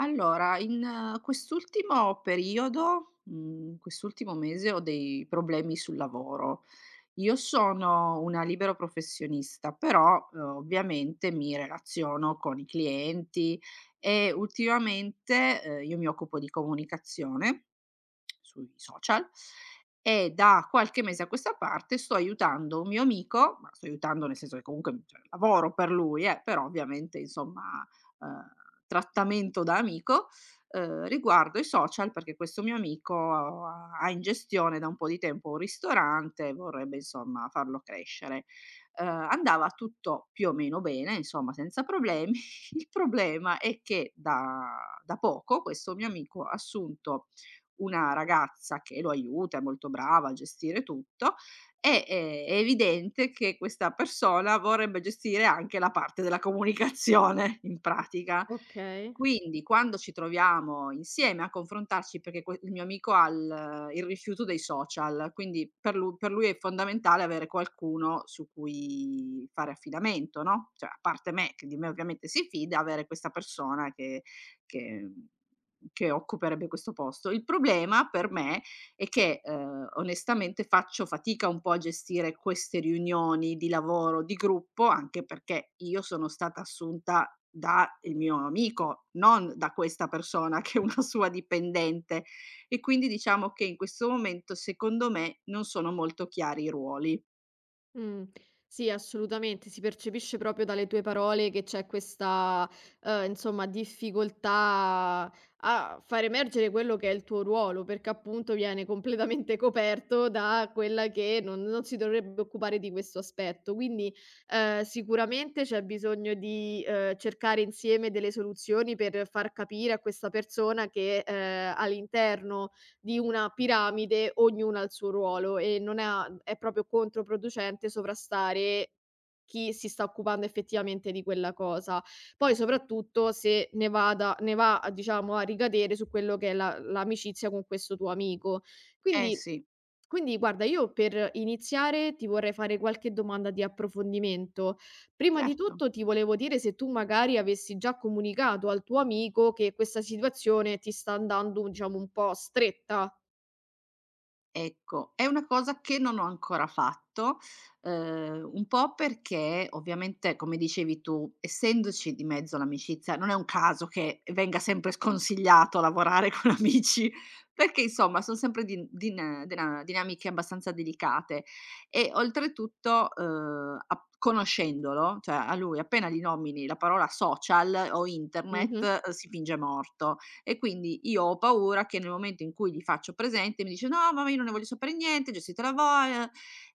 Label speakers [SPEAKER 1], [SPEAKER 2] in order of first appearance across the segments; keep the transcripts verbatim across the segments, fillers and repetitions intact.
[SPEAKER 1] Allora, in eh, quest'ultimo periodo, mhmm, quest'ultimo mese ho dei problemi sul lavoro. Io sono una libero professionista, però, uhm, ovviamente mi relaziono con i clienti e ultimamente, ehm, io mi occupo di comunicazione sui social e da qualche mese a questa parte sto aiutando un mio amico, ma sto aiutando nel senso che comunque cioè, lavoro per lui, eh, però ovviamente insomma eh, trattamento da amico eh, riguardo i social perché questo mio amico ha ha in gestione da un po' di tempo un ristorante e vorrebbe insomma farlo crescere. Eh, andava tutto più o meno bene, insomma senza problemi. Il problema è che da da poco questo mio amico ha assunto una ragazza che lo aiuta, è molto brava a gestire tutto, e, ehm, è evidente che questa persona vorrebbe gestire anche la parte della comunicazione in pratica.
[SPEAKER 2] Okay.
[SPEAKER 1] Quindi quando ci troviamo insieme a confrontarci perché que il mio amico ha il il rifiuto dei social, quindi per lu per lui è fondamentale avere qualcuno su cui fare affidamento, no, cioè a parte me, che di me ovviamente si fida, avere questa persona che che mhmm, che occuperebbe questo posto. Il problema per me è che, ehm, onestamente faccio fatica un po' a gestire queste riunioni di lavoro, di gruppo, anche perché io sono stata assunta da il mio amico, non da questa persona che è una sua dipendente e quindi diciamo che in questo momento, secondo me, non sono molto chiari i ruoli.
[SPEAKER 2] Mh. Sì, assolutamente, si percepisce proprio dalle tue parole che c'è questa, uhm, insomma, difficoltà a far emergere quello che è il tuo ruolo, perché appunto viene completamente coperto da quella che non non si dovrebbe occupare di questo aspetto. Quindi, ehm, sicuramente c'è bisogno di, uhm, cercare insieme delle soluzioni per far capire a questa persona che, ehm, all'interno di una piramide, ognuno ha il suo ruolo e non ha è proprio controproducente sovrastare chi si sta occupando effettivamente di quella cosa. Poi soprattutto se ne vada ne va a diciamo a ricadere su quello che è la l'amicizia con questo tuo amico.
[SPEAKER 1] Eh
[SPEAKER 2] Quindi
[SPEAKER 1] sì,
[SPEAKER 2] quindi guarda, io per iniziare ti vorrei fare qualche domanda di approfondimento. Prima di
[SPEAKER 1] certo.
[SPEAKER 2] tutto ti volevo dire se tu magari avessi già comunicato al tuo amico che questa situazione ti sta andando, diciamo, un po' stretta.
[SPEAKER 1] Ecco, è una cosa che non ho ancora fatto, uhm, un po' perché ovviamente, come dicevi tu, essendoci di mezzo l'amicizia, non è un caso che venga sempre sconsigliato lavorare con amici, perché insomma son sempre din din dina dinamiche abbastanza delicate e oltretutto, uhm, a conoscendolo, cioè a lui appena gli nomini la parola social o
[SPEAKER 2] Mh-mh.
[SPEAKER 1] internet, uhm, si finge morto. E quindi io ho paura che nel momento in cui gli faccio presente mi dice: "No, ma io non ne voglio sapere niente, gestitela voi", uhm,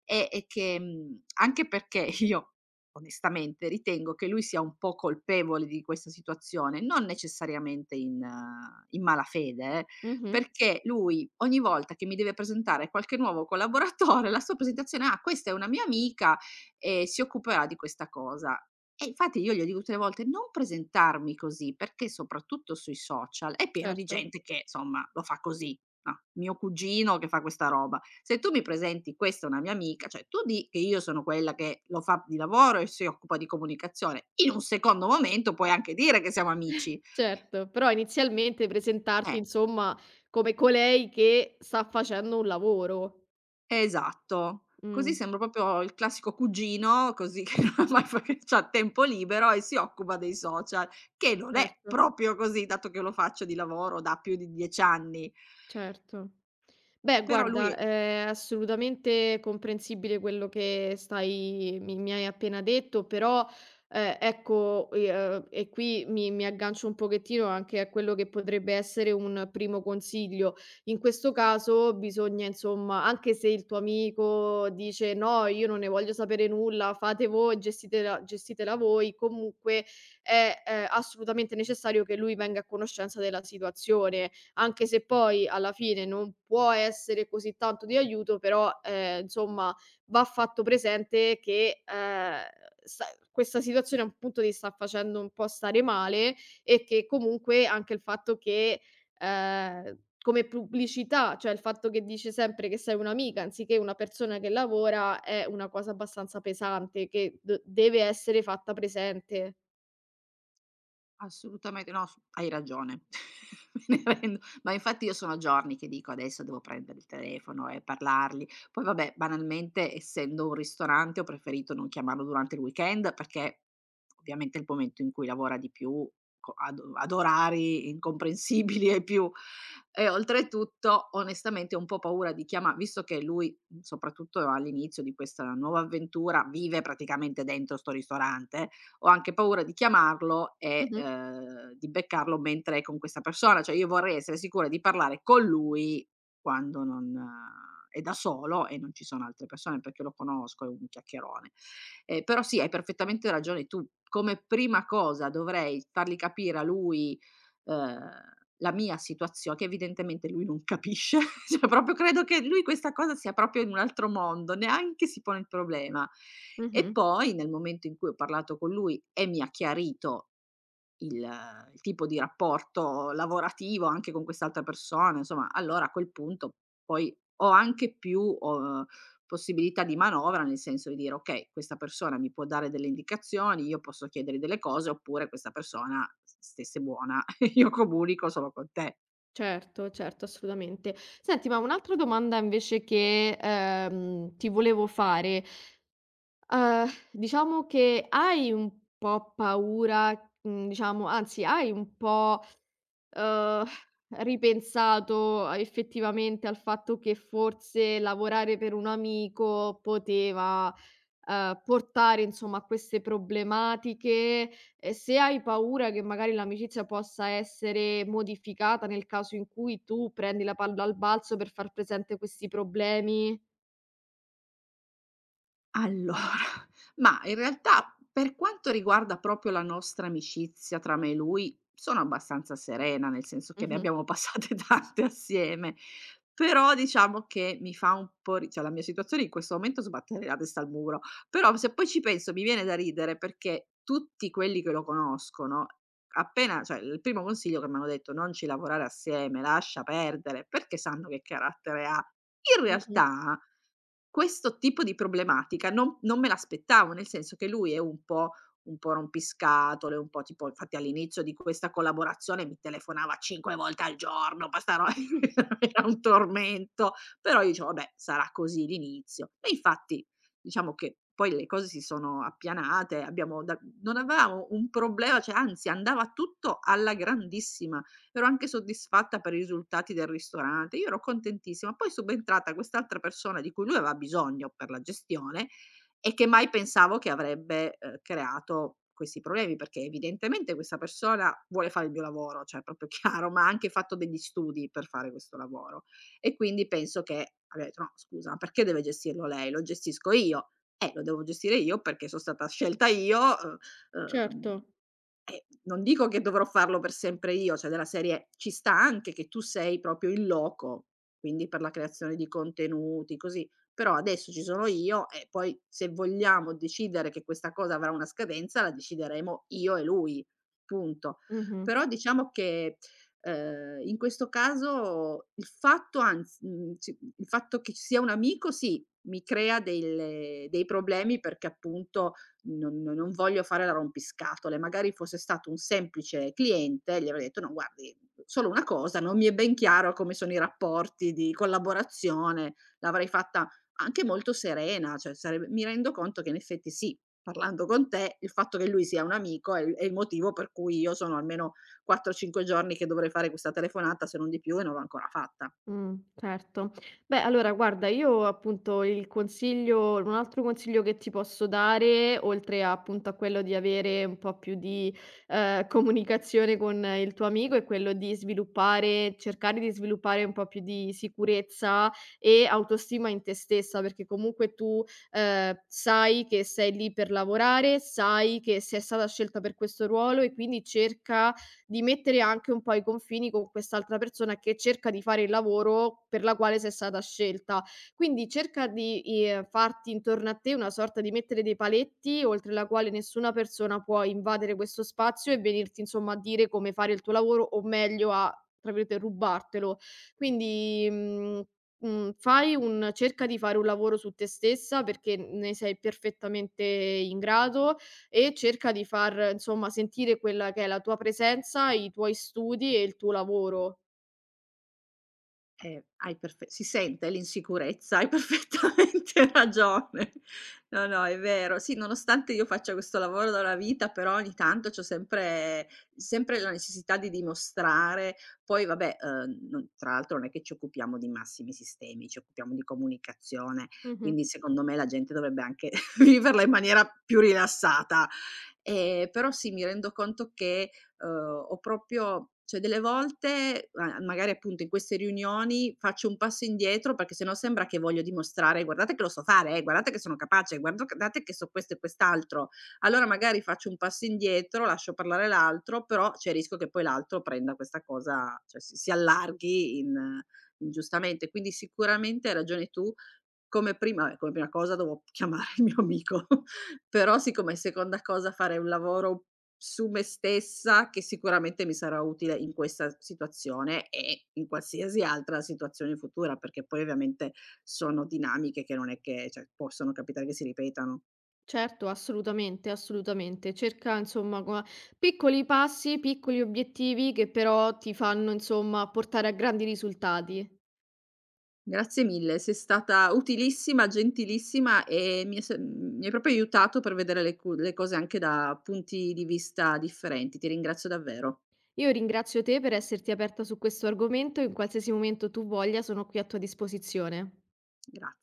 [SPEAKER 1] e e che mhmm, anche perché io onestamente ritengo che lui sia un po' colpevole di questa situazione, non necessariamente in eh, in malafede, eh,
[SPEAKER 2] Mh-mh.
[SPEAKER 1] perché lui ogni volta che mi deve presentare qualche nuovo collaboratore, la sua presentazione: "Ah, questa è una mia amica e si occuperà di questa cosa". E infatti io glielo dico tutte le volte: "Non presentarmi così", perché soprattutto sui social è pieno di
[SPEAKER 2] Certo,
[SPEAKER 1] gente che insomma lo fa così, no, mio cugino che fa questa roba. Se tu mi presenti: "Questa è una mia amica", cioè tu di che io sono quella che lo fa di lavoro e si occupa di comunicazione, in un secondo momento puoi anche dire che siamo amici.
[SPEAKER 2] certo. Però inizialmente presentarti,
[SPEAKER 1] Eh.
[SPEAKER 2] insomma, come colei che sta facendo un lavoro.
[SPEAKER 1] Esatto. Così
[SPEAKER 2] Mh.
[SPEAKER 1] sembro proprio il classico cugino, così che non ha mai fa che c'ha tempo libero e si occupa dei social, che non è
[SPEAKER 2] Certo,
[SPEAKER 1] proprio così, dato che lo faccio di lavoro da più di dieci anni.
[SPEAKER 2] certo. Beh,
[SPEAKER 1] Però lui
[SPEAKER 2] guarda,
[SPEAKER 1] è.
[SPEAKER 2] è assolutamente comprensibile quello che stai mi mi hai appena detto, però, ehm, ecco, i ehm, e qui mi mi aggancio un pochettino anche a quello che potrebbe essere un primo consiglio. In questo caso bisogna, insomma, anche se il tuo amico dice: "No, io non ne voglio sapere nulla, fate voi, gestitela gestitela voi", comunque è, ehm, assolutamente necessario che lui venga a conoscenza della situazione. Anche se poi alla fine non può essere così tanto di aiuto, però, ehm, insomma va fatto presente che, ehm, sta questa situazione appunto ti sta facendo un po' stare male e che comunque anche il fatto che, ehm, come pubblicità, cioè il fatto che dice sempre che sei un'amica anziché una persona che lavora, è una cosa abbastanza pesante che d deve essere fatta presente.
[SPEAKER 1] Assolutamente no, s hai ragione. Me ne rendo ma infatti io sono giorni che dico: "Adesso devo prendere il telefono e parlargli." Poi vabbè, banalmente essendo un ristorante ho preferito non chiamarlo durante il weekend perché ovviamente è il momento in cui lavora di più, co ad ad orari incomprensibili ai più e oltretutto onestamente ho un po' paura di chiama visto che lui, mhmm, soprattutto all'inizio di questa nuova avventura, vive praticamente dentro 'sto ristorante, ho anche paura di chiamarlo e,
[SPEAKER 2] Mh-mh,
[SPEAKER 1] ehm, di beccarlo mentre è con questa persona. Cioè io vorrei essere sicura di parlare con lui quando non eh, è da solo e non ci sono altre persone, perché lo conosco, è un chiacchierone. Ehm, però sì, hai perfettamente ragione tu. Come prima cosa dovrei fargli capire a lui, uhm la mia situazio che evidentemente lui non capisce, cioè proprio credo che lui questa cosa sia proprio in un altro mondo, neanche si pone il problema. E
[SPEAKER 2] mh-mh.
[SPEAKER 1] poi nel momento in cui ho parlato con lui e mi ha chiarito il il tipo di rapporto lavorativo anche con quest'altra persona, insomma, allora a quel punto poi ho anche più, uhm, possibilità di manovra, nel senso di dire: "Okay, questa persona mi può dare delle indicazioni, io posso chiedergli delle cose, oppure questa persona s stesse buona, io comunico solo con te".
[SPEAKER 2] Certo, certo, assolutamente. Senti, ma un'altra domanda invece che, ehm, ti volevo fare, uhm, diciamo che hai un po' paura, mhmm, diciamo anzi hai un po', uhm, ripensato a effettivamente al fatto che forse lavorare per un amico poteva, ehm, portare insomma a queste problematiche e se hai paura che magari l'amicizia possa essere modificata nel caso in cui tu prendi la palla al balzo per far presente questi problemi.
[SPEAKER 1] Allora, ma in realtà per quanto riguarda proprio la nostra amicizia tra me e lui, sono abbastanza serena, nel senso che ne
[SPEAKER 2] Mh-mh.
[SPEAKER 1] abbiamo passate tante assieme. Però diciamo che mi fa un po' ri cioè la mia situazione in questo momento sbatterei la testa al muro, però se poi ci penso mi viene da ridere perché tutti quelli che lo conoscono, appena cioè il primo consiglio che m'hanno detto: "Non ci lavorare assieme, lascia perdere", perché sanno che carattere ha. In
[SPEAKER 2] Mh-mh.
[SPEAKER 1] realtà questo tipo di problematica non non me l'aspettavo, nel senso che lui è un po' un po' rompiscatole, un po' tipo infatti all'inizio di questa collaborazione mi telefonava cinque volte al giorno, ma 'sta ro era un tormento, però io dicevo: "Vabbè, sarà così l'inizio". E infatti diciamo che poi le cose si sono appianate, abbiamo da non avevamo un problema, cioè anzi andava tutto alla grandissima, ero anche soddisfatta per i risultati del ristorante, io ero contentissima. Poi è subentrata quest'altra persona di cui lui aveva bisogno per la gestione e che mai pensavo che avrebbe, ehm, creato questi problemi, perché evidentemente questa persona vuole fare il mio lavoro, cioè è proprio chiaro, ma ha anche fatto degli studi per fare questo lavoro. E quindi penso che abbia detto: "No scusa, ma perché deve gestirlo lei? Lo gestisco io". Eh, lo devo gestire io perché so stata scelta io, uhm,
[SPEAKER 2] Certo.
[SPEAKER 1] uhm eh, non dico che dovrò farlo per sempre io, cioè della serie ci sta anche che tu sei proprio in loco, quindi per la creazione di contenuti, così. Però adesso ci sono io e poi se vogliamo decidere che questa cosa avrà una scadenza, la decideremo io e lui, punto.
[SPEAKER 2] Mh-mh.
[SPEAKER 1] Però diciamo che, ehm, in questo caso il fatto anz mhmm, ci il fatto che ci sia un amico sì, mi crea delle dei problemi perché appunto non non non voglio fare la rompiscatole. Magari fosse stato un semplice cliente, gli avrei detto: "No guardi, solo una cosa, non mi è ben chiaro come sono i rapporti di collaborazione". L'avrei fatta anche molto serena, cioè sareb mi rendo conto che in effetti sì, parlando con te, il fatto che lui sia un amico è il è il motivo per cui io sono almeno quattro, cinque giorni che dovrei fare questa telefonata, se non di più, e non l'ho ancora fatta.
[SPEAKER 2] Mh, certo. Beh, allora guarda, io appunto il consiglio un altro consiglio che ti posso dare, oltre a, appunto a quello di avere un po' più di, ehm, comunicazione con eh, il tuo amico, è quello di sviluppare cercare di sviluppare un po' più di sicurezza e autostima in te stessa, perché comunque tu, ehm, sai che sei lì per lavorare, sai che sei stata scelta per questo ruolo e quindi cerca di mettere anche un po' i confini con quest'altra persona che cerca di fare il lavoro per la quale sei stata scelta. Quindi cerca di, ehm, farti intorno a te una sorta di mettere dei paletti, oltre la quale nessuna persona può invadere questo spazio e venirti insomma a dire come fare il tuo lavoro o meglio a tra virgolette "rubartelo". Quindi, mhmm, mhmm, fai un cerca di fare un lavoro su te stessa perché ne sei perfettamente in grado e cerca di far, insomma, sentire quella che è la tua presenza, i tuoi studi e il tuo lavoro.
[SPEAKER 1] Eh, hai perfe si sente l'insicurezza, hai perfettamente ragione. No, no, è vero. Sì, nonostante io faccia questo lavoro da una vita, però ogni tanto c'ho sempre sempre la necessità di dimostrare. Poi vabbè, uhm, non tra l'altro non è che ci occupiamo di massimi sistemi, ci occupiamo di comunicazione,
[SPEAKER 2] Mh-mh.
[SPEAKER 1] quindi secondo me la gente dovrebbe anche viverla in maniera più rilassata. Ehm, però sì, mi rendo conto che, uhm, ho proprio cioè delle volte, ma magari appunto in queste riunioni, faccio un passo indietro perché sennò sembra che voglio dimostrare: "Guardate che lo so fare, eh, guardate che sono capace, guarda date che so questo e quest'altro". Allora magari faccio un passo indietro, lascio parlare l'altro, però c'è il rischio che poi l'altro prenda questa cosa cioè si si allarghi in ingiustamente. Quindi sicuramente hai ragione tu, come prima ehm, come prima cosa dovevo chiamare il mio amico, però siccome seconda cosa fare un lavoro su me stessa che sicuramente mi sarà utile in questa situazione e in qualsiasi altra situazione futura, perché poi ovviamente sono dinamiche che non è che cioè possono capitare che si ripetano.
[SPEAKER 2] Certo, assolutamente, assolutamente. Cerca insomma co piccoli passi, piccoli obiettivi che però ti fanno, insomma, portare a grandi risultati.
[SPEAKER 1] Grazie mille, sei stata utilissima, gentilissima e mi è se mhmm, mi hai proprio aiutato per vedere le cu le cose anche da punti di vista differenti. Ti ringrazio davvero.
[SPEAKER 2] Io ringrazio te per esserti aperta su questo argomento e in qualsiasi momento tu voglia sono qui a tua disposizione.
[SPEAKER 1] Graz